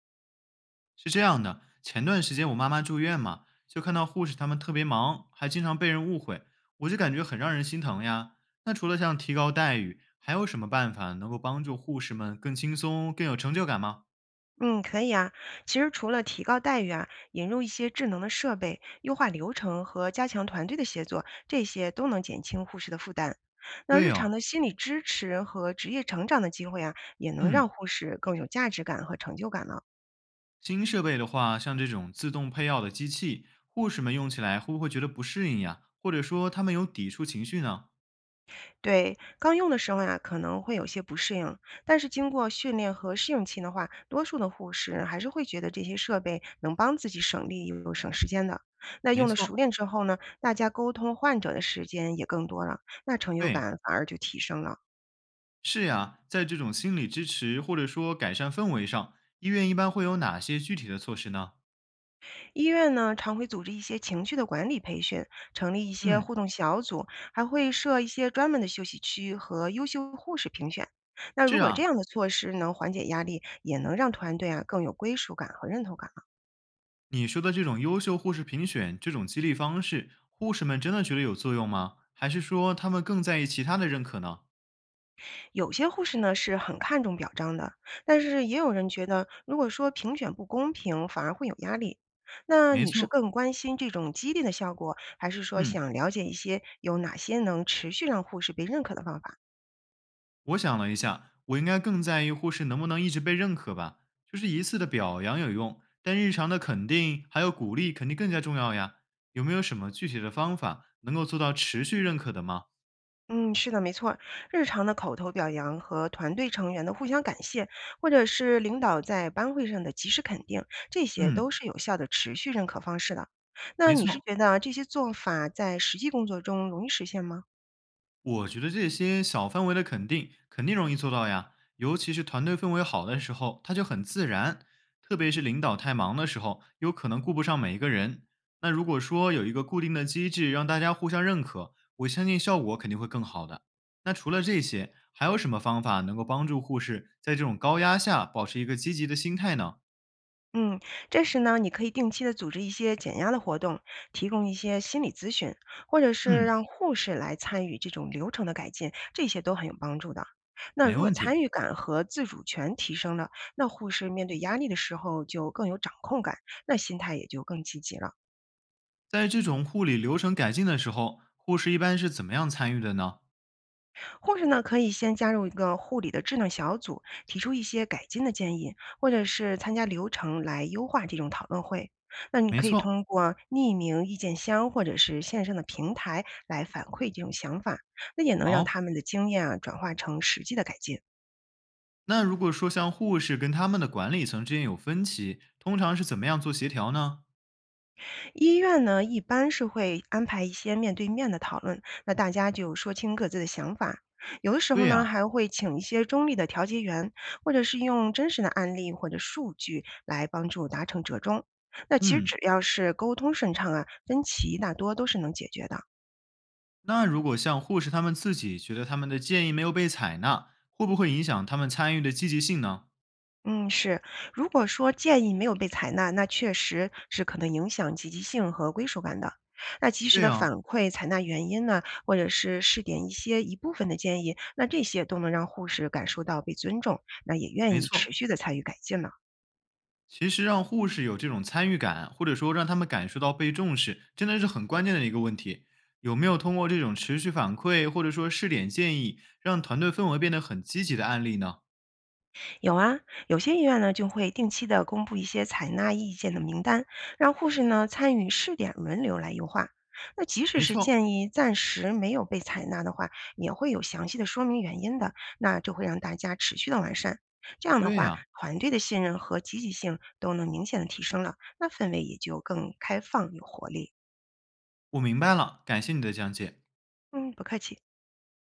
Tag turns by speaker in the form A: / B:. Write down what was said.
A: 是这样的，前段时间我妈妈住院嘛，就看到护士他们特别忙，还经常被人误会，我就感觉很让人心疼呀。那除了像提高待遇，还有什么办法能够帮助护士们更轻松、更有成就感吗？
B: 嗯，可以啊。其实除了提高待遇啊，引入一些智能的设备，优化流程和加强团队的协作，这些都能减轻护士的负担。那
A: 对
B: 日常
A: 哦，
B: 的心理支持和职业成长的机会啊，也能让
A: 嗯，
B: 护士更有价值感和成就感了。
A: 新设备的话，像这种自动配药的机器，护士们用起来会不会觉得不适应呀？或者说他们有抵触情绪呢？
B: 对，刚用的时候呀，可能会有些不适应，但是经过训练和适应期的话，多数的护士还是会觉得这些设备能帮自己省力又省时间的。那
A: 没
B: 用的熟
A: 错，
B: 练之后呢，大家沟通患者的时间也更多了，那成就
A: 对，
B: 感反而就提升了。
A: 是呀，在这种心理支持或者说改善氛围上，医院一般会有哪些具体的措施呢？
B: 医院呢，常会组织一些情绪的管理培训，成立一些
A: 嗯。
B: 互动小组，还会设一些专门的休息区和优秀护士评选。那
A: 是
B: 如果这
A: 啊，
B: 样的措施能缓解压力，也能让团队啊更有归属感和认同感。
A: 你说的这种优秀护士评选这种激励方式，护士们真的觉得有作用吗？还是说他们更在意其他的认可呢？
B: 有些护士呢是很看重表彰的，但是也有人觉得，如果说评选不公平，反而会有压力。那
A: 没
B: 你是
A: 错，
B: 更关心这种激励的效果，还是说
A: 嗯，
B: 想了解一些有哪些能持续让护士被认可的方法？
A: 我想了一下，我应该更在意护士能不能一直被认可吧。就是一次的表扬有用，但日常的肯定还有鼓励肯定更加重要呀。有没有什么具体的方法能够做到持续认可的吗？
B: 嗯，是的，没错儿。日常的口头表扬和团队成员的互相感谢，或者是领导在班会上的及时肯定，这些都
A: 嗯，
B: 是有效的持续认可方式的。那
A: 没
B: 你是
A: 错，
B: 觉得这些做法在实际工作中容易实现吗？
A: 我觉得这些小范围的肯定肯定容易做到呀，尤其是团队氛围好的时候，它就很自然。特别是领导太忙的时候，有可能顾不上每一个人。那如果说有一个固定的机制让大家互相认可，我相信效果肯定会更好的。那除了这些，还有什么方法能够帮助护士在这种高压下保持一个积极的心态呢？
B: 嗯，这时呢，你可以定期的组织一些减压的活动，提供一些心理咨询，或者是
A: 嗯，
B: 让护士来参与这种流程的改进，这些都很有帮助的。那
A: 没
B: 如果
A: 问
B: 参
A: 题。
B: 与感和自主权提升了，那护士面对压力的时候就更有掌控感，那心态也就更积极了。
A: 在这种护理流程改进的时候，护士一般是怎么样参与的呢？
B: 护士呢，可以先加入一个护理的智能小组，提出一些改进的建议，或者是参加流程来优化这种讨论会。那你
A: 没
B: 可以
A: 错，
B: 通过匿名意见箱或者是线上的平台来反馈这种想法，那也能让
A: 好，
B: 他们的经验啊转化成实际的改进。
A: 那如果说像护士跟他们的管理层之间有分歧，通常是怎么样做协调呢？
B: 医院呢，一般是会安排一些面对面的讨论，那大家就说清各自的想法。有的时
A: 对
B: 候呢，
A: 呀、
B: 还会请一些中立的调解员，或者是用真实的案例或者数据来帮助达成折中。那其实
A: 嗯，
B: 只要是沟通顺畅啊，分歧大多都是能解决的。
A: 那如果像护士他们自己觉得他们的建议没有被采纳，会不会影响他们参与的积极性呢？
B: 嗯，是。如果说建议没有被采纳，那确实是可能影响积极性和归属感的。那及时
A: 对
B: 的
A: 呀、
B: 反馈、采纳原因呢，或者是试点一些一部分的建议，那这些都能让护士感受到被尊重，那也愿
A: 没
B: 意持
A: 错。
B: 续的参与改进了。
A: 其实让护士有这种参与感，或者说让他们感受到被重视，真的是很关键的一个问题。有没有通过这种持续反馈，或者说试点建议，让团队氛围变得很积极的案例呢？
B: 有啊，有些医院呢就会定期的公布一些采纳意见的名单，让护士呢参与试点轮流来优化。那即使
A: 没
B: 是
A: 错，
B: 建议暂时没有被采纳的话，也会有详细的说明原因的，那就会让大家持续的完善。这样的
A: 对
B: 话，
A: 呀、
B: 团队的信任和积极性都能明显的提升了，那氛围也就更开放有活力。
A: 我明白了，感谢你的讲解。
B: 嗯，不客气。